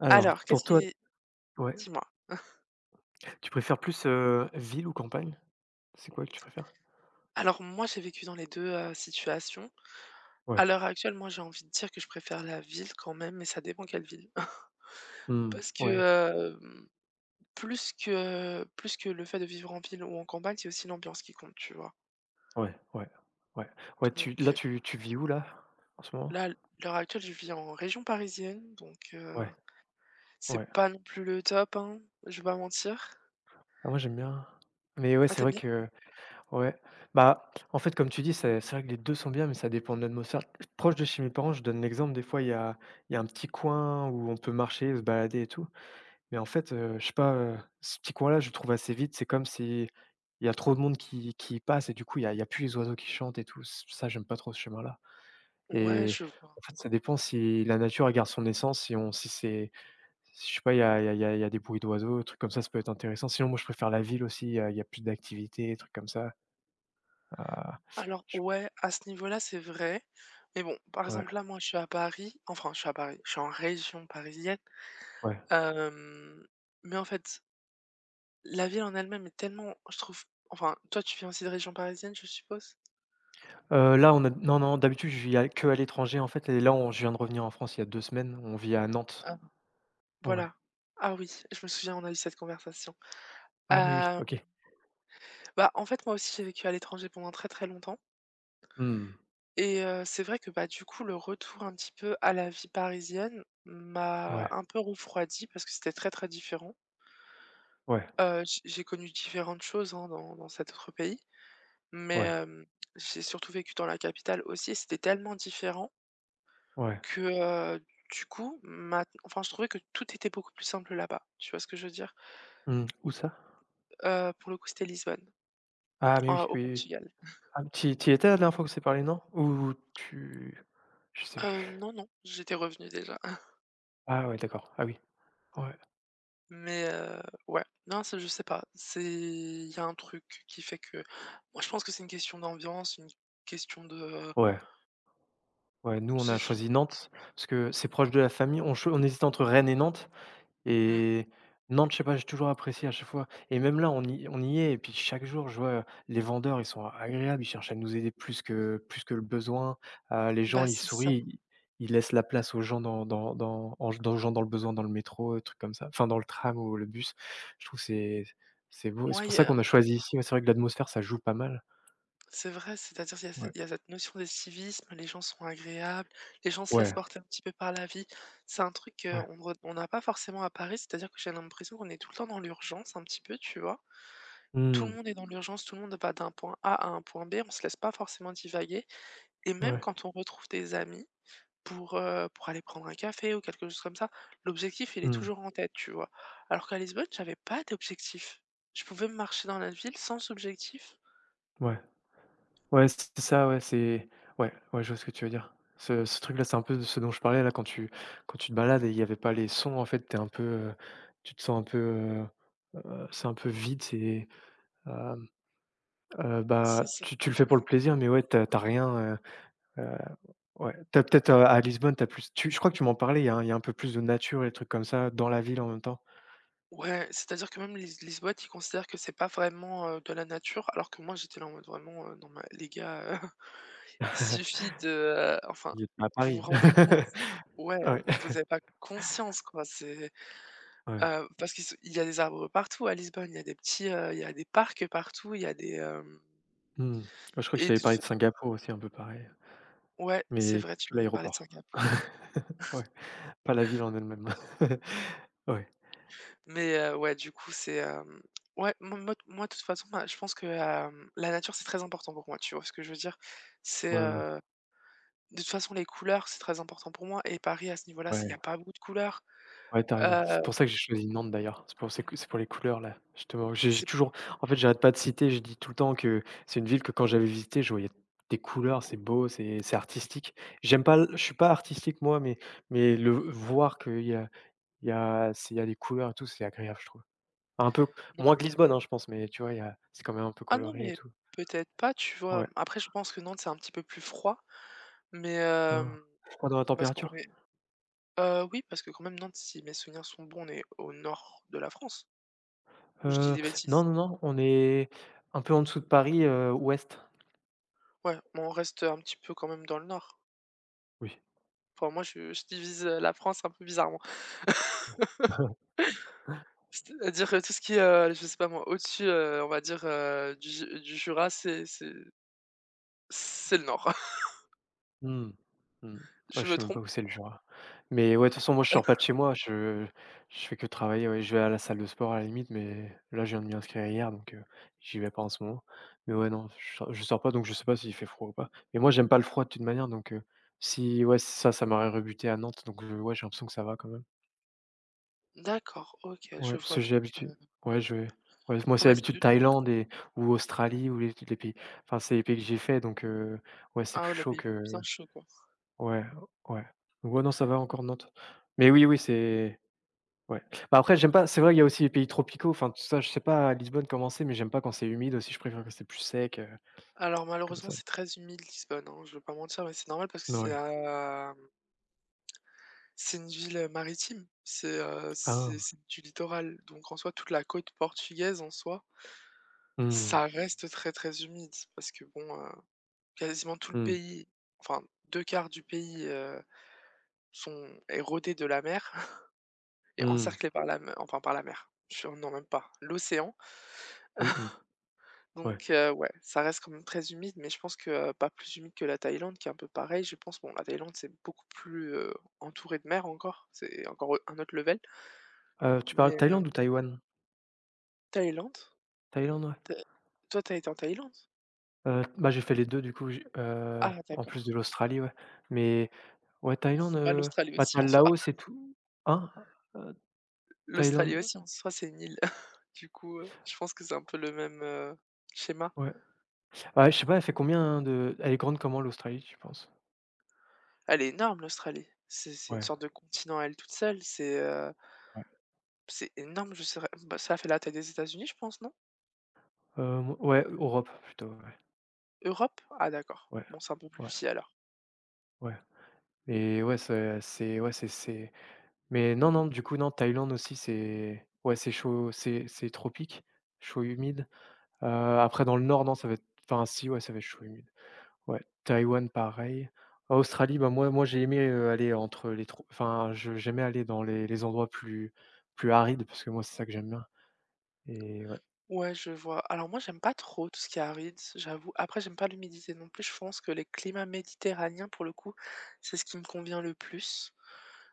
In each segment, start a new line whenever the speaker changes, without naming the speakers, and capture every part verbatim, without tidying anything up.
Alors,
Alors,
pour
qu'est-ce
toi.
qui
Ouais.
dis-moi.
Tu préfères plus, heu, ville ou campagne? C'est quoi que tu préfères?
Alors moi, j'ai vécu dans les deux heu, situations. À
Ouais.
l'heure actuelle, moi, j'ai envie de dire que je préfère la ville quand même, mais ça dépend quelle ville.
Mmh.
Parce
Ouais,
que, hem, plus que plus que le fait de vivre en ville ou en campagne, c'est aussi l'ambiance qui compte, tu vois?
ouais, ouais, ouais. Ouais,
Donc,
tu là,
heu,
tu tu vis où là, en ce moment?
là, à l'heure actuelle, je vis en région parisienne, donc, heu,
Ouais,
c'est
ouais.
pas non plus le top, hein, je vais pas mentir.
Ah moi, j'aime bien. Mais ouais,
Ah
c'est
tu
vrai
bien?
que, ouais. Bah, en fait, comme tu dis, c'est c'est vrai que les deux sont bien, mais ça dépend de l'atmosphère. Proche de chez mes parents, je donne l'exemple, des fois, il y a il y a un petit coin où on peut marcher, se balader et tout. Mais en fait, heu, je sais pas, heu, ce petit coin-là, je le trouve assez vite. C'est comme si il y a trop de monde qui qui y passe et du coup, il y a il y a plus les oiseaux qui chantent et tout. Ç ça, j'aime pas trop ce chemin-là
Ouais,
et
je vois.
en fait, ça dépend si la nature, elle garde son essence, si on si c'est si, je sais pas, il y a il y a il y a il y a des bruits d'oiseaux, des trucs comme ça, ça peut être intéressant. Sinon, moi, je préfère la ville aussi, il y a il y a plus d'activités, des trucs comme ça. Ah,
Alors
je
ouais, à ce niveau-là, c'est vrai. Mais bon, par
ouais,
exemple, là, moi, je suis à Paris. Enfin, je suis à Paris. Je suis en région parisienne.
ouais.
Hem, mais en fait, la ville en elle-même est tellement, je trouve enfin, toi, tu viens aussi de région parisienne, je suppose?
Heu, là, on a non, non, d'habitude, je vis à qu'à l'étranger, en fait. Et là, on je viens de revenir en France il y a deux semaines. On vit à Nantes.
Ah
Ouais.
voilà. Ah oui, je me souviens, on a eu cette conversation.
Ah mais oui,
Heu,
OK.
Bah, en fait, moi aussi, j'ai vécu à l'étranger pendant très, très longtemps
Mmh.
et heu, c'est vrai que, bah, du coup, le retour un petit peu à la vie parisienne m'a
Ouais,
un peu refroidi parce que c'était très, très différent.
ouais,
Heu, j j'ai connu différentes choses, hein, dans dans cet autre pays, mais,
ouais,
hem, j'ai surtout vécu dans la capitale aussi et c'était tellement différent
ouais.
que, heu, du coup, maint enfin, je trouvais que tout était beaucoup plus simple là-bas. Tu vois ce que je veux dire?
Mmh. Où ça?
Heu, pour le coup, c'était Lisbonne,
Ah mais
en
oui,
au
oui, oui. Oui.
Portugal.
Ah mais tu tu étais la dernière fois qu'on s'est parlé, non? Ou tu je sais
Heu,
plus.
non, non, j'étais revenue déjà,
Ah ouais, d'accord. Ah oui. Ouais.
mais, heu, ouais. Non, c'est je sais pas, c'est il y a un truc qui fait que moi, je pense que c'est une question d'ambiance, une question de
Ouais, ouais, nous, on
c'est
a
su
choisi Nantes parce que c'est proche de la famille. On cho on hésitait entre Rennes et Nantes.
mmh,
Et Nantes, je sais pas, j'ai toujours apprécié à chaque fois et même là, on y on y est et puis chaque jour, je vois, les vendeurs, ils sont agréables, ils cherchent à nous aider plus que plus que le besoin. Heu, les gens,
bah,
ils
c'est ça.
sourient, ils ils laissent la place aux gens dans dans dans en dans aux gens dans le besoin, dans le métro, heu, trucs comme ça, enfin dans le tram ou le bus. Je trouve que c'est c'est beau et c'est
Moi, il
pour
y
ça
a
qu'on a choisi ici. Ouais, c'est vrai que l'atmosphère, ça joue pas mal.
C'est vrai, c'est-à-dire qu'il y a ce
Ouais.
il y a cette notion de civisme, les gens sont agréables, les gens se laissent
Ouais,
porter un petit peu par la vie. C'est un truc
ouais.
qu'on re on n'a pas forcément à Paris, c'est-à-dire que j'ai l'impression qu'on est tout le temps dans l'urgence un petit peu, tu vois? Tout le
Mmh.
monde est dans l'urgence, tout le monde va d'un point A à un point B, on se laisse pas forcément divaguer et même
Ouais.
quand on retrouve des amis pour, heu, pour aller prendre un café ou quelque chose comme ça, l'objectif, il est
Mmh.
toujours en tête, tu vois? Alors qu'à Lisbonne, j'avais pas d'objectif. Je pouvais marcher dans la ville sans objectif.
Ouais. Ouais, c'est ça, ouais, c'est ouais, ouais, je vois ce que tu veux dire. Ce ce truc-là, c'est un peu de ce dont je parlais là quand tu quand tu te balades et il y avait pas les sons en fait, t'es un peu, heu, tu te sens un peu, heu, heu, c'est un peu vide, c'est, hem, heu,
C'est
bah,
ça.
tu tu le fais pour
Mmh.
le plaisir, mais ouais, t'as as rien, heu, heu, ouais, t'as peut-être, heu, à Lisbonne, t'as plus tu je crois que tu m'en parlais, il y a un- il y a un peu plus de nature et des trucs comme ça dans la ville en même temps.
Ouais, c'est-à-dire que même les les boîtes, ils considèrent que c'est pas vraiment, heu, de la nature, alors que moi j'étais là en mode vraiment, heu: «Non mais les gars, heu, il suffit de, heu, enfin,
Vous êtes pas à
vous vous
Paris.
rendez compte?» Ouais,
Ouais.
vous avez pas conscience quoi, c'est,
Ouais.
heu, parce qu'il se il y a des arbres partout à Lisbonne, il y a des petits, heu, il y a des parcs partout, il y a des, hem
Mmh. Ouais, je crois que je
et
t'avais
de toute
parlé
fa
de Singapour aussi, un peu pareil.
ouais, c'est
Mais
vrai, tu
que
m'avais parlé de
l'aéroport.
Singapour.
Ouais, pas la ville en elle-même. Ouais,
Mais, heu, ouais, du coup, c'est, hem, ouais, moi moi moi de toute façon, bah, je pense que, hem, la nature, c'est très important pour moi, tu vois ce que je veux dire? C'est,
ouais, ouais,
heu De toute façon, les couleurs, c'est très important pour moi et Paris, à ce niveau-là,
ouais,
s'il y a pas beaucoup de couleurs,
ouais, tu raison. C'est
heu,
pour ça que j'ai choisi Nantes d'ailleurs. C'est pour c'est que c'est pour les couleurs là, justement. J'ai j'ai
c'est
toujours. En fait, j'arrête pas de citer, je dis tout le temps que c'est une ville que quand j'avais visité je voyais des couleurs, c'est beau, c'est c'est artistique. J'aime pas l je suis pas artistique moi, mais mais le voir qu'il y a il y a s'il y a des couleurs et tout, c'est agréable, je trouve. Un peu
non.
moins que Lisbonne, hein, je pense, mais tu vois, il y a c'est quand même un peu
Ah non,
coloré et
mais
tout.
peut-être pas, tu vois?
Ouais,
Après, je pense que Nantes, c'est un petit peu plus froid, mais
hein.
hem,
Froid dans la
parce qu'on
température?
est heu, oui, parce que quand même, Nantes, si mes souvenirs sont bons, on est au nord de la France? Ou je dis
Heu,
des
non,
bêtises?
non, non, on est un peu en dessous de Paris, heu, ouest.
Ouais, on reste un petit peu quand même dans le nord.
Oui.
Enfin, moi, je je divise, heu, la France un peu bizarrement. C'est-à-dire que tout ce qui est, heu, je sais pas moi, au-dessus, heu, on va dire, heu, du Ju du Jura, c'est c'est c'est le nord.
Mmh. Mmh. Ouais,
Je
je
me
sais même
trompe?
pas où c'est le Jura. Mais ouais, de toute façon, moi, je sors pas de chez moi, je je fais que travailler, ouais, je vais à la salle de sport à la limite, mais là, je viens de m'y inscrire hier, donc heu, j'y vais pas en ce moment. Mais ouais, non, je sors je sors pas, donc je sais pas s'il fait froid ou pas. Mais moi, j'aime pas le froid de toute manière, donc heu, si ouais, ça, ça m'aurait rebuté à Nantes, donc heu, ouais, j'ai l'impression que ça va quand même.
D'accord, OK, je
Ouais, parce
vois
que j'ai
donc,
l'habitude
heu,
ouais, je vais ouais, moi,
en
c'est
mais c'est
l'habitude
de
Thaïlande et ou Australie ou les les pays enfin, c'est les pays que j'ai fait donc heu, ouais, c'est
ah ouais,
plus
il
chaud
avait
que
bien chauds quoi.
ouais, ouais. Donc, ouais, non, ça va encore Nantes. Mais oui, oui, c'est ouais. Bah, après, j'aime pas c'est vrai, qu'il y a aussi les pays tropicaux, enfin, tout ça, je sais pas à Lisbonne comment c'est, mais j'aime pas quand c'est humide aussi, je préfère que c'est plus sec, heu,
Alors
comme
malheureusement,
ça.
c'est très humide Lisbonne, hein, je vais pas mentir, mais c'est normal parce que c'est
Ouais.
à c'est une ville, maritime. C'est, heu,
Ah!
c'est c'est du littoral, donc en soi, toute la côte portugaise, en soi,
Mmh.
ça reste très, très humide parce que bon, heu, quasiment tout le
Mmh.
pays, enfin deux quarts du pays, heu, sont érodés de la mer et
Mmh.
encerclés par la me enfin par la mer. Je non, même pas, l'océan.
Mmh mh.
Donc
Ouais.
heu, ouais, ça reste quand même très humide, mais je pense que, heu, pas plus humide que la Thaïlande qui est un peu pareil, je pense. Bon, la Thaïlande, c'est beaucoup plus, heu, entouré de mer encore, c'est encore, un autre level,
Heu, tu parles
mais heu,
Thaïlande ou Taïwan?
Thaïlande?
Thaïlande, ouais?
T toi, t'as été en Thaïlande?
Heu, bah, j'ai fait les deux, du coup, j'ai heu,
Ah
en plus
d'accord.
de l'Australie, ouais. Mais ouais, Thaïlande,
Bah,
heu,
l'Australie
bah,
aussi
tu as
en
le
soi.
Laos et tout hein? Heu,
L'Australie
Thaïlande,
aussi en soi, c'est une île. Du coup, heu, je pense que c'est un peu le même, heu, schéma.
ouais. Ouais, je sais pas, elle fait combien hein, de elle est grande comment l'Australie, tu penses?
Elle est énorme l'Australie. C'est c'est une
Ouais,
sorte de continent à elle toute seule, c'est, heu,
ouais.
c'est énorme, je saurais bah, ça fait la taille des États-Unis, je pense, non?
Hem, ouais, Europe plutôt, ouais.
Europe? Ah d'accord.
Ouais,
Bon, c'est un peu plus
ouais,
petit alors.
ouais. Et ouais, c'est c'est ouais, c'est c'est mais non, non, du coup, non, Thaïlande aussi, c'est ouais, c'est chaud, c'est c'est tropique, chaud humide. Heu, après dans le nord, non, ça va être enfin si, ouais, ça va être chaud humide. Ouais, Taïwan pareil. Australie, bah, moi moi j'ai aimé, heu, aller entre les trois enfin je j'aimais aller dans les les endroits plus plus arides parce que moi c'est ça que j'aime bien et ouais,
Ouais, je vois. Alors moi, j'aime pas trop tout ce qui est aride, j'avoue. Après, j'aime pas l'humidité non plus. Je pense que les climats méditerranéens, pour le coup, c'est ce qui me convient le plus.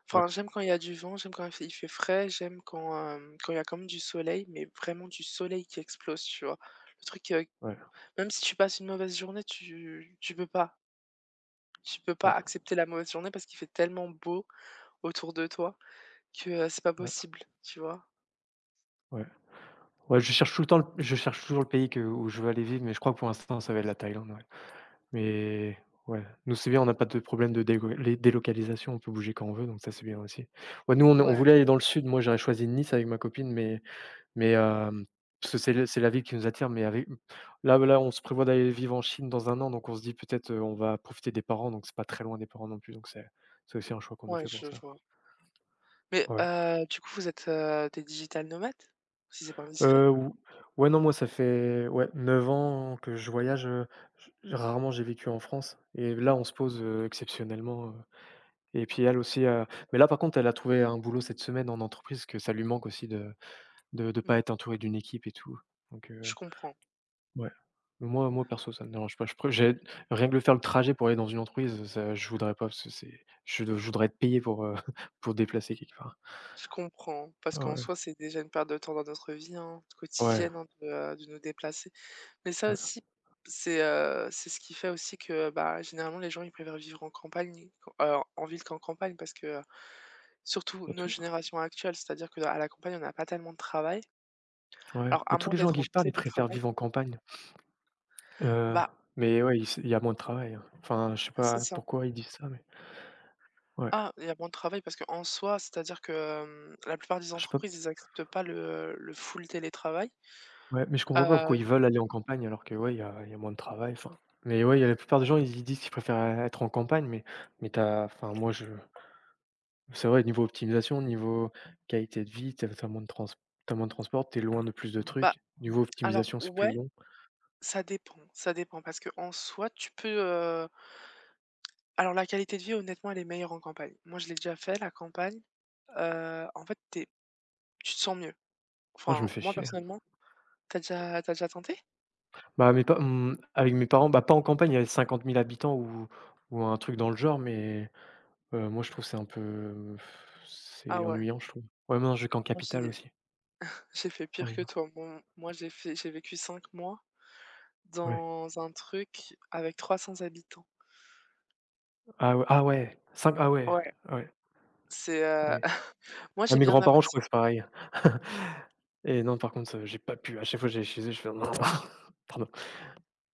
Enfin,
ouais,
j'aime quand il y a du vent, j'aime quand il fait il fait frais, j'aime quand, euh, quand il y a quand même du soleil, mais vraiment du soleil qui explose, tu vois. Le truc, euh,
ouais,
même si tu passes une mauvaise journée, tu, tu peux pas. Tu peux pas
ouais,
accepter la mauvaise journée parce qu'il fait tellement beau autour de toi que euh, c'est pas
ouais,
possible, tu vois.
ouais. Ouais, je cherche tout le temps le je cherche toujours le pays que où je veux aller vivre mais je crois que pour l'instant ça va être la Thaïlande, ouais. Mais ouais, nous c'est bien, on n'a pas de problème de dégo les délocalisation, on peut bouger quand on veut donc ça c'est bien aussi. Ouais, nous on on
Ouais,
voulait aller dans le sud, moi j'aurais choisi Nice avec ma copine mais Mais hem, parce que c'est le c'est la ville qui nous attire, mais avec là là, on se prévoit d'aller vivre en Chine dans un an, donc on se dit peut-être, heu, on va profiter des parents, donc c'est pas très loin des parents non plus, donc c'est c'est aussi un choix qu'on a
ouais,
fait pour
je
ça.
vois. Mais,
Ouais.
heu, du coup, vous êtes, heu, des digital nomades? Si c'est pas indiscret?
Heu, ou Ouais, non, moi ça fait, ouais, neuf ans que je voyage, heu, j rarement j'ai vécu en France et là on se pose, heu, exceptionnellement, heu et puis elle aussi, heu mais là par contre elle a trouvé un boulot cette semaine en entreprise, que ça lui manque aussi de ne de de pas
Mmh.
être entourée d'une équipe et tout, donc
Je
heu
comprends,
ouais. Moi moi perso, ça me dérange pas. Je pré J'ai rien que le faire le trajet pour aller dans une entreprise, ça je voudrais pas parce que c'est je je voudrais être payé pour, heu, pour déplacer quelque part.
je comprends, parce
Ah
qu'en
ouais.
soi, c'est déjà une perte de temps dans notre vie, hein,
Ouais,
quotidienne, hein, de, heu, de nous déplacer. Mais ça
ouais,
aussi, c'est, heu, c'est ce qui fait aussi que, bah, généralement, les gens, ils préfèrent vivre en campagne, qu heu, en ville qu'en campagne parce que, heu, surtout
y a
nos
tout.
générations actuelles, c'est-à-dire qu'à la campagne, on n'a pas tellement de travail.
Ouais,
Alors
mais
à
tous
moins
les gens à
d'être
qui
en
je parle, ils préfèrent
télétravail,
vivre en campagne. Heu,
bah,
mais ouais, ils s il y a moins de travail, hein. Enfin, je sais
c'est
pas
ça.
pourquoi ils disent ça, mais ouais.
Ah, il y a moins de travail parce qu'en soi, c'est-à-dire que, hem, la plupart des
Je sais pas
entreprises, ils acceptent pas le le full télétravail.
ouais, mais je comprends pas pourquoi
Heu,
ils veulent aller en campagne alors que, ouais, il y a il y a moins de travail, enfin. Mais ouais, il y a la plupart des gens, ils ils disent qu'ils préfèrent, euh, être en campagne, mais mais t'as enfin moi je C'est vrai, niveau optimisation, niveau qualité de vie, t'as as moins de trans t'as moins de transport, tu es loin de plus de
Bah,
trucs. Niveau
alors
optimisation, c'est plus
ouais,
long.
ça dépend, ça dépend parce que en soi, tu peux, heu alors la qualité de vie, honnêtement, elle est meilleure en campagne. Moi, je l'ai déjà fait, la campagne, heu, en fait, t'es, tu te sens mieux.
Moi, je
Enfin,
me fais
moi,
chier.
personnellement t'as déjà t'as déjà tenté?
Bah, mes pa mmh, avec mes parents, bah, pas en campagne, il y avait cinquante mille habitants ou ou un truc dans le genre, mais heu, moi, je trouve que c'est un peu
Ah
c'est
ouais,
ennuyant, je trouve. Ouais, mais non, je vais qu'en
moi,
capitale
j'ai
aussi,
j'ai fait
en
pire que
général.
toi. Mon moi, j'ai fait j'ai vécu cinq mois
Ouais.
dans un truc avec trois cents habitants.
Ah ouais ah ouais, cinq ah ouais,
Ouais,
ah ouais,
c'est,
ah
heu
oui.
Moi,
Ah,
j'ai
mes
bien
grands-parents, je crois que
apprécié.
c'est pareil. Et non, par contre, heu, j'ai pas pu. À chaque fois, que j'allais chez eux, je fais: «Pardon».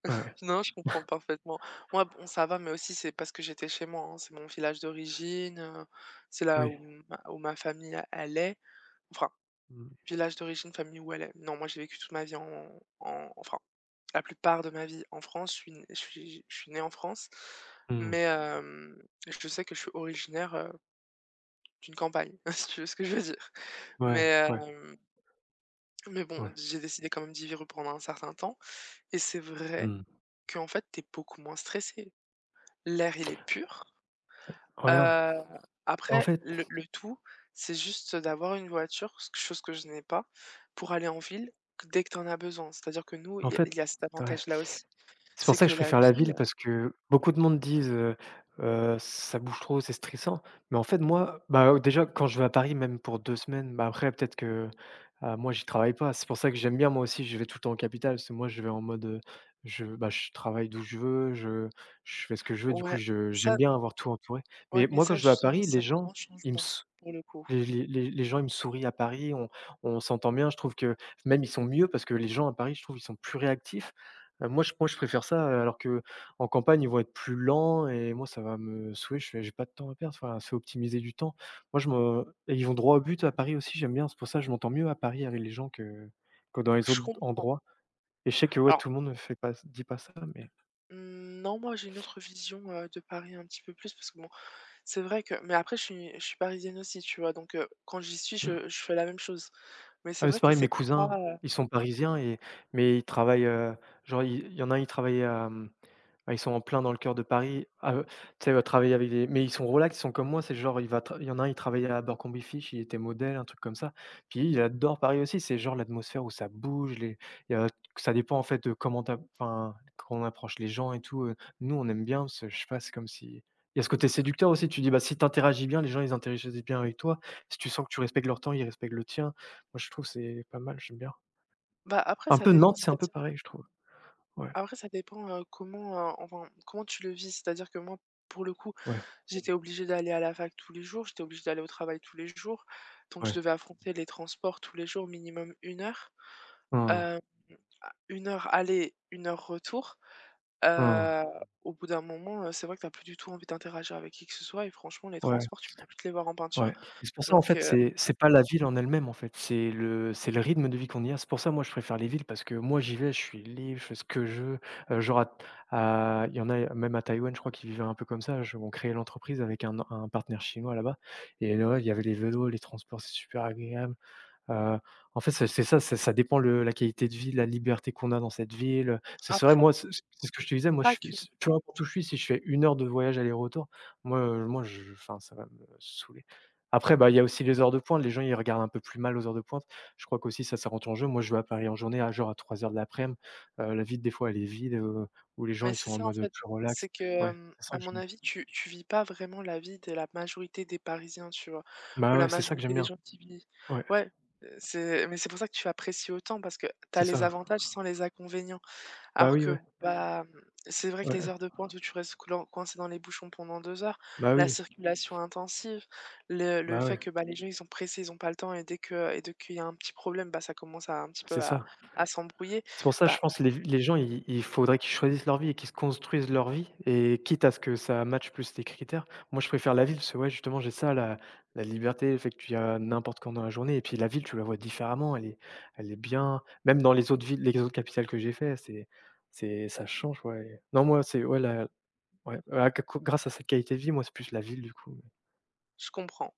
Ouais,
Non, je comprends parfaitement. Moi, bon, ça va, mais aussi c'est parce que j'étais chez moi, hein. C'est mon village d'origine, heu, c'est là
oui.
où ma où ma famille, e elle est. Enfin,
Mmh.
village d'origine, famille où elle est. Non, moi, j'ai vécu toute ma vie en en enfin, la plupart de ma vie en France. Je suis n je suis je suis née en France,
Mmh.
mais hem, je sais que je suis originaire, heu, d'une campagne, si tu veux ce que je veux dire. Mais
Ouais, ouais,
hem, mais bon,
ouais.
j'ai décidé quand même d'y vivre pendant un certain temps et c'est vrai
Mmh.
qu'en fait, t'es beaucoup moins stressé. L'air, il est pur.
Ouais, ouais.
Heu,
En
Après
fait
le le tout, c'est juste d'avoir une voiture, ce chose que je n'ai pas, pour aller en ville q dès que tu en as besoin. C'est-à-dire que nous,
en
il y a
fait,
il y a cet
ouais.
avantage-là aussi.
C'est pour
C'est
ça que
que
je
la
préfère la ville
ville
parce que beaucoup de monde disent, heu heu: «Ça bouge trop, c'est stressant». Mais en fait, moi, bah, heu, déjà quand je vais à Paris, même pour deux semaines, bah, après peut-être que, heu, moi j'y travaille pas. C'est pour ça que j'aime bien moi aussi, je vais tout le temps en capitale, parce que moi je vais en mode, heu, je bah, je travaille d'où je veux, je je fais ce que je veux, du coup
Ouais,
je j'aime
ça
bien avoir tout entouré.
ouais,
Mais
mais
moi quand
ça
je vais à
justement,
Paris,
c'est
les
un
gens,
grand
ils me
changement
s
pour le coup.
Les les les les gens, ils me sourient à Paris, on on s'entend bien. Je trouve que même ils sont mieux parce que les gens à Paris, je trouve, ils sont plus réactifs. Heu, moi, je moi, je préfère ça, heu, alors que en campagne, ils vont être plus lents et moi, ça va me saouler. Je fais: «J'ai pas de temps à perdre, enfin, c'est optimiser du temps». Moi, je me et Ils vont droit au but à
Ouais.
Paris aussi, j'aime bien. C'est pour ça que je m'entends mieux à Paris avec les gens que que dans les
Je
autres
comprends.
endroits, et je sais que, ouais,
Alors,
tout le monde ne fait pas dit pas ça, mais
mmh, non, moi j'ai une autre vision, heu, de Paris un petit peu plus parce que bon, c'est vrai que mais après je suis je suis parisienne aussi, tu vois? Donc, heu, quand j'y suis, je je fais la même chose. Mais
ah,
c'est
mais
vrai
c'est
que
pareil, mes
c'est
cousins,
pas.
ils sont parisiens et mais ils travaillent, heu, genre, il il y en a un, il travaille. Ah, ils sont en plein dans le cœur de Paris. Ah, heu, tu sais, heu, travailler avec des mais ils sont relax, ils sont comme moi, c'est genre il va tra il y en a un, il travaillait à Abercrombie Fitch, il était modèle, un truc comme ça. Puis il adore Paris aussi, c'est genre l'atmosphère où ça bouge, les il y a ça dépend en fait de comment tu a enfin, comment on approche les gens et tout, heu. Nous, on aime bien parce que je sais pas, c'est comme si il y a ce côté séducteur aussi, tu dis, bah, si tu interagis bien, les gens ils interagissent bien avec toi. Si tu sens que tu respectes leur temps, ils respectent le tien. Moi, je trouve c'est pas mal, j'aime bien.
Bah, après
Un
ça
peu
dépend,
Nantes, c'est un peu
c'est-à-dire
pareil, je trouve. Ouais,
après ça dépend, heu, comment, heu, enfin, comment tu le vis. C'est-à-dire que moi, pour le coup,
ouais,
j'étais obligée d'aller à la fac tous les jours, j'étais obligée d'aller au travail tous les jours, donc je
ouais.
devais affronter les transports tous les jours, minimum une heure.
Mmh.
Hem, a une heure aller, une heure retour.
Mmh.
Heu, Au bout d'un moment, heu, c'est vrai que t'as plus du tout envie d'interagir avec qui que ce soit et franchement les
Ouais.
transports, tu peux plus te les voir en peinture.
Ouais, et c'est pour ça, en
Donc
fait,
heu,
c'est c'est pas la ville en elle-même, en fait, c'est le c'est le rythme de vie qu'on y a. C'est pour ça, moi, je préfère les villes parce que moi, j'y vais, je suis libre, je fais ce que je veux. Heu, genre à à il y en a même à Taïwan, je crois qu'ils vivaient un peu comme ça. Je On créait l'entreprise avec un un partenaire chinois là-bas et ouais, il y avait les vélos, les transports, c'est super agréable. Heu, en fait, c'est c'est ça, c'est ça dépend le la qualité de vie, la liberté qu'on a dans cette ville, c'est c'est vrai,
après
moi, c'est c'est ce que je te disais, moi, je
pas
suis
que
s peu importe où je suis, si je fais une heure de voyage aller-retour, moi, heu, moi, je enfin, ça va me saouler. Après, bah, il y a aussi les heures de pointe, les gens, ils regardent un peu plus mal aux heures de pointe. Je crois qu'aussi ça, ça rentre en jeu. Moi, je vais à Paris en journée, à genre à trois heures de laprès midi, heu, la ville, des fois, elle est vide, heu, où les gens,
Mais
ils
c'est
sont en
ça en
mode,
fait,
plus
c'est
relax.
que,
Ouais,
hem,
c'est ça
à
que
mon
j'aime
avis, tu tu vis pas vraiment la vie de la majorité des Parisiens, tu vois? Ou
Bah,
la
ouais, c'est ça que
majorité
j'aime
des
bien.
gens qui vivent.
Ouais,
Ouais, heu, c'est mais c'est pour ça que tu apprécies autant parce que tu as
c'est
les
ça.
avantages sans les inconvénients.
Bah,
Alors
oui,
que,
ouais,
bah, mmh, c'est vrai que les
ouais,
heures de pointe où tu restes cloin coincé dans les bouchons pendant deux heures,
bah,
la
oui,
circulation intensive, le le
bah,
fait
ouais,
que, bah, les gens ils sont pressés, ils ont pas le temps et dès que et dès qu'il y a un petit problème, bah, ça commence à un petit peu
c'est
à
ça.
à s'embrouiller,
C'est pour ça, je
bah,
pense, les les gens, il il faudrait qu'ils choisissent leur vie et qu'ils se construisent leur vie et quitte à ce que ça matche plus tes critères. Moi, je préfère la ville parce que, ouais, justement, j'ai ça, la la liberté, le fait que tu y ailles n'importe quand dans la journée et puis la ville, tu la vois différemment, elle est elle est bien même dans les autres villes, les autres capitales que j'ai fait, c'est c'est ça change, ouais. Non, moi, c'est ouais, la ouais, ouais, à grâce à cette qualité de vie, moi, c'est plus la ville, du coup.
je comprends.